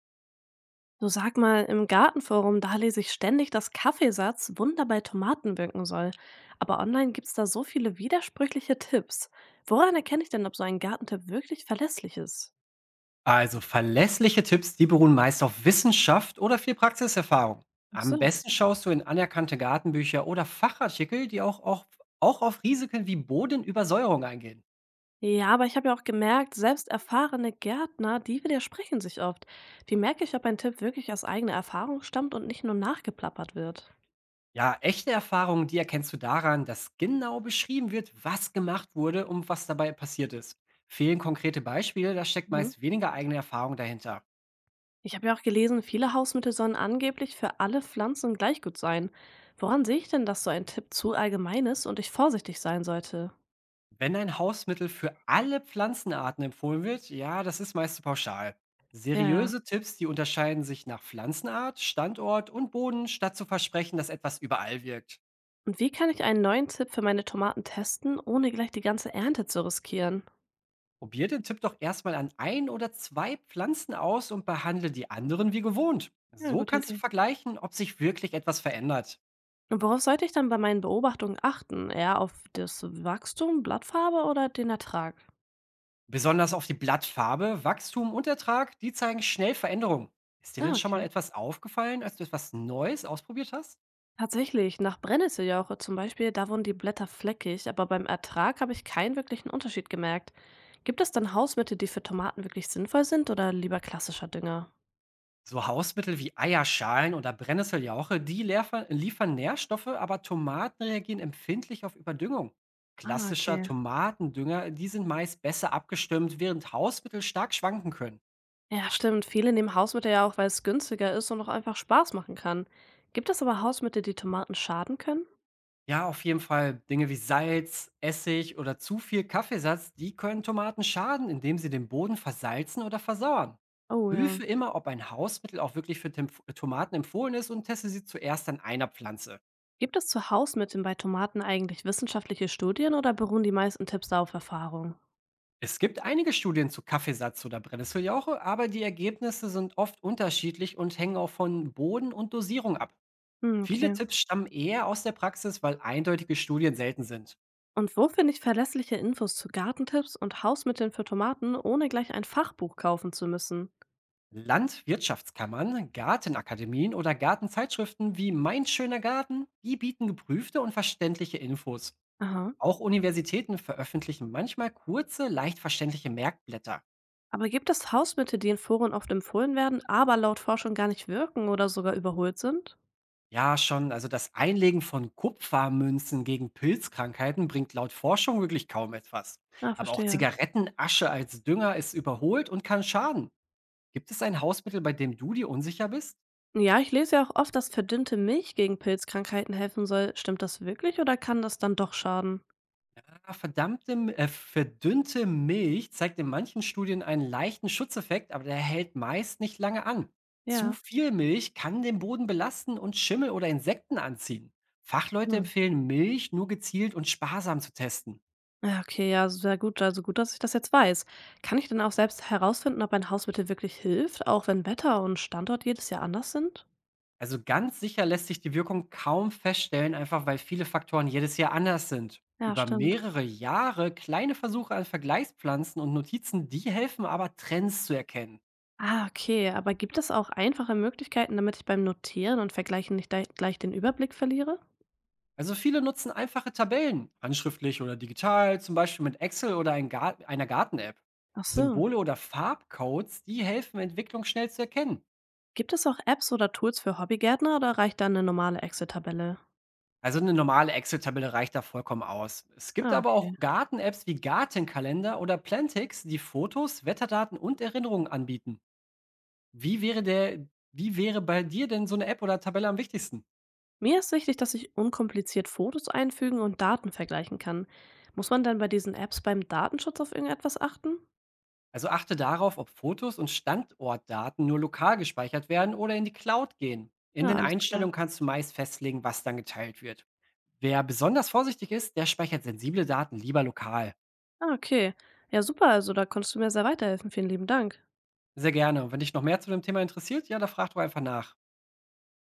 Du, sag mal, im Gartenforum, da lese ich ständig, dass Kaffeesatz Wunder bei Tomaten wirken soll. Aber online gibt's da so viele widersprüchliche Tipps. Woran erkenne ich denn, ob so ein Gartentipp wirklich verlässlich ist? Also verlässliche Tipps, die beruhen meist auf Wissenschaft oder viel Praxiserfahrung. Ach Am so. besten schaust du in anerkannte Gartenbücher oder Fachartikel, die auch auf Risiken wie Bodenübersäuerung eingehen. Ja, aber ich habe ja auch gemerkt, selbst erfahrene Gärtner, die widersprechen sich oft. Wie merke ich, ob ein Tipp wirklich aus eigener Erfahrung stammt und nicht nur nachgeplappert wird? Ja, echte Erfahrungen, die erkennst du daran, dass genau beschrieben wird, was gemacht wurde und was dabei passiert ist. Fehlen konkrete Beispiele, da steckt Mhm. meist weniger eigene Erfahrung dahinter. Ich habe ja auch gelesen, viele Hausmittel sollen angeblich für alle Pflanzen gleich gut sein. Woran sehe ich denn, dass so ein Tipp zu allgemein ist und ich vorsichtig sein sollte? Wenn ein Hausmittel für alle Pflanzenarten empfohlen wird, ja, das ist meist pauschal. Ja, ja. Seriöse Tipps, die unterscheiden sich nach Pflanzenart, Standort und Boden, statt zu versprechen, dass etwas überall wirkt. Und wie kann ich einen neuen Tipp für meine Tomaten testen, ohne gleich die ganze Ernte zu riskieren? Probier den Tipp doch erstmal an ein oder zwei Pflanzen aus und behandle die anderen wie gewohnt. Ja, So gute kannst du Idee. vergleichen, ob sich wirklich etwas verändert. Und worauf sollte ich dann bei meinen Beobachtungen achten? Eher auf das Wachstum, Blattfarbe oder den Ertrag? Besonders auf die Blattfarbe, Wachstum und Ertrag, die zeigen schnell Veränderungen. Ist dir Ah, denn schon okay. mal etwas aufgefallen, als du etwas Neues ausprobiert hast? Tatsächlich, nach Brennnesseljauche zum Beispiel, da wurden die Blätter fleckig, aber beim Ertrag habe ich keinen wirklichen Unterschied gemerkt. Gibt es dann Hausmittel, die für Tomaten wirklich sinnvoll sind, oder lieber klassischer Dünger? So Hausmittel wie Eierschalen oder Brennnesseljauche, die liefern Nährstoffe, aber Tomaten reagieren empfindlich auf Überdüngung. Ah, Klassischer okay. Tomatendünger, die sind meist besser abgestimmt, während Hausmittel stark schwanken können. Ja, stimmt. Viele nehmen Hausmittel ja auch, weil es günstiger ist und auch einfach Spaß machen kann. Gibt es aber Hausmittel, die Tomaten schaden können? Ja, auf jeden Fall Dinge wie Salz, Essig oder zu viel Kaffeesatz, die können Tomaten schaden, indem sie den Boden versalzen oder versauern. Oh ja. Prüfe immer, ob ein Hausmittel auch wirklich für Tomaten empfohlen ist und teste sie zuerst an einer Pflanze. Gibt es zu Hausmitteln bei Tomaten eigentlich wissenschaftliche Studien, oder beruhen die meisten Tipps da auf Erfahrung? Es gibt einige Studien zu Kaffeesatz oder Brennnesseljauche, aber die Ergebnisse sind oft unterschiedlich und hängen auch von Boden und Dosierung ab. Hm, Viele okay. Tipps stammen eher aus der Praxis, weil eindeutige Studien selten sind. Und wo finde ich verlässliche Infos zu Gartentipps und Hausmitteln für Tomaten, ohne gleich ein Fachbuch kaufen zu müssen? Landwirtschaftskammern, Gartenakademien oder Gartenzeitschriften wie Mein schöner Garten, die bieten geprüfte und verständliche Infos. Aha. Auch Universitäten veröffentlichen manchmal kurze, leicht verständliche Merkblätter. Aber gibt es Hausmittel, die in Foren oft empfohlen werden, aber laut Forschung gar nicht wirken oder sogar überholt sind? Ja, schon. Also das Einlegen von Kupfermünzen gegen Pilzkrankheiten bringt laut Forschung wirklich kaum etwas. Ah, Aber auch verstehe. Zigarettenasche als Dünger ist überholt und kann schaden. Gibt es ein Hausmittel, bei dem du dir unsicher bist? Ja, ich lese ja auch oft, dass verdünnte Milch gegen Pilzkrankheiten helfen soll. Stimmt das wirklich, oder kann das dann doch schaden? Ah, verdünnte Milch zeigt in manchen Studien einen leichten Schutzeffekt, aber der hält meist nicht lange an. Zu Ja. viel Milch kann den Boden belasten und Schimmel oder Insekten anziehen. Fachleute Hm. empfehlen, Milch nur gezielt und sparsam zu testen. Ja, okay, ja, sehr gut. Also gut, dass ich das jetzt weiß. Kann ich denn auch selbst herausfinden, ob ein Hausmittel wirklich hilft, auch wenn Wetter und Standort jedes Jahr anders sind? Also ganz sicher lässt sich die Wirkung kaum feststellen, einfach weil viele Faktoren jedes Jahr anders sind. Ja, Über stimmt. mehrere Jahre kleine Versuche an Vergleichspflanzen und Notizen, die helfen aber, Trends zu erkennen. Ah, okay. Aber gibt es auch einfache Möglichkeiten, damit ich beim Notieren und Vergleichen nicht gleich den Überblick verliere? Also viele nutzen einfache Tabellen, handschriftlich oder digital, zum Beispiel mit Excel oder einer Garten-App. Ach so. Symbole oder Farbcodes, die helfen, Entwicklung schnell zu erkennen. Gibt es auch Apps oder Tools für Hobbygärtner, oder reicht da eine normale Excel-Tabelle? Also eine normale Excel-Tabelle reicht da vollkommen aus. Es gibt Ah, aber okay. auch Garten-Apps wie Gartenkalender oder Plantix, die Fotos, Wetterdaten und Erinnerungen anbieten. Wie wäre der Wie wäre bei dir denn so eine App oder Tabelle am wichtigsten? Mir ist wichtig, dass ich unkompliziert Fotos einfügen und Daten vergleichen kann. Muss man denn bei diesen Apps beim Datenschutz auf irgendetwas achten? Also achte darauf, ob Fotos und Standortdaten nur lokal gespeichert werden oder in die Cloud gehen. In Ja, den alles klar. Einstellungen kannst du meist festlegen, was dann geteilt wird. Wer besonders vorsichtig ist, der speichert sensible Daten lieber lokal. Ah, okay. Ja, super. Also da konntest du mir sehr weiterhelfen. Vielen lieben Dank. Sehr gerne. Und wenn dich noch mehr zu dem Thema interessiert, ja, da frag doch einfach nach.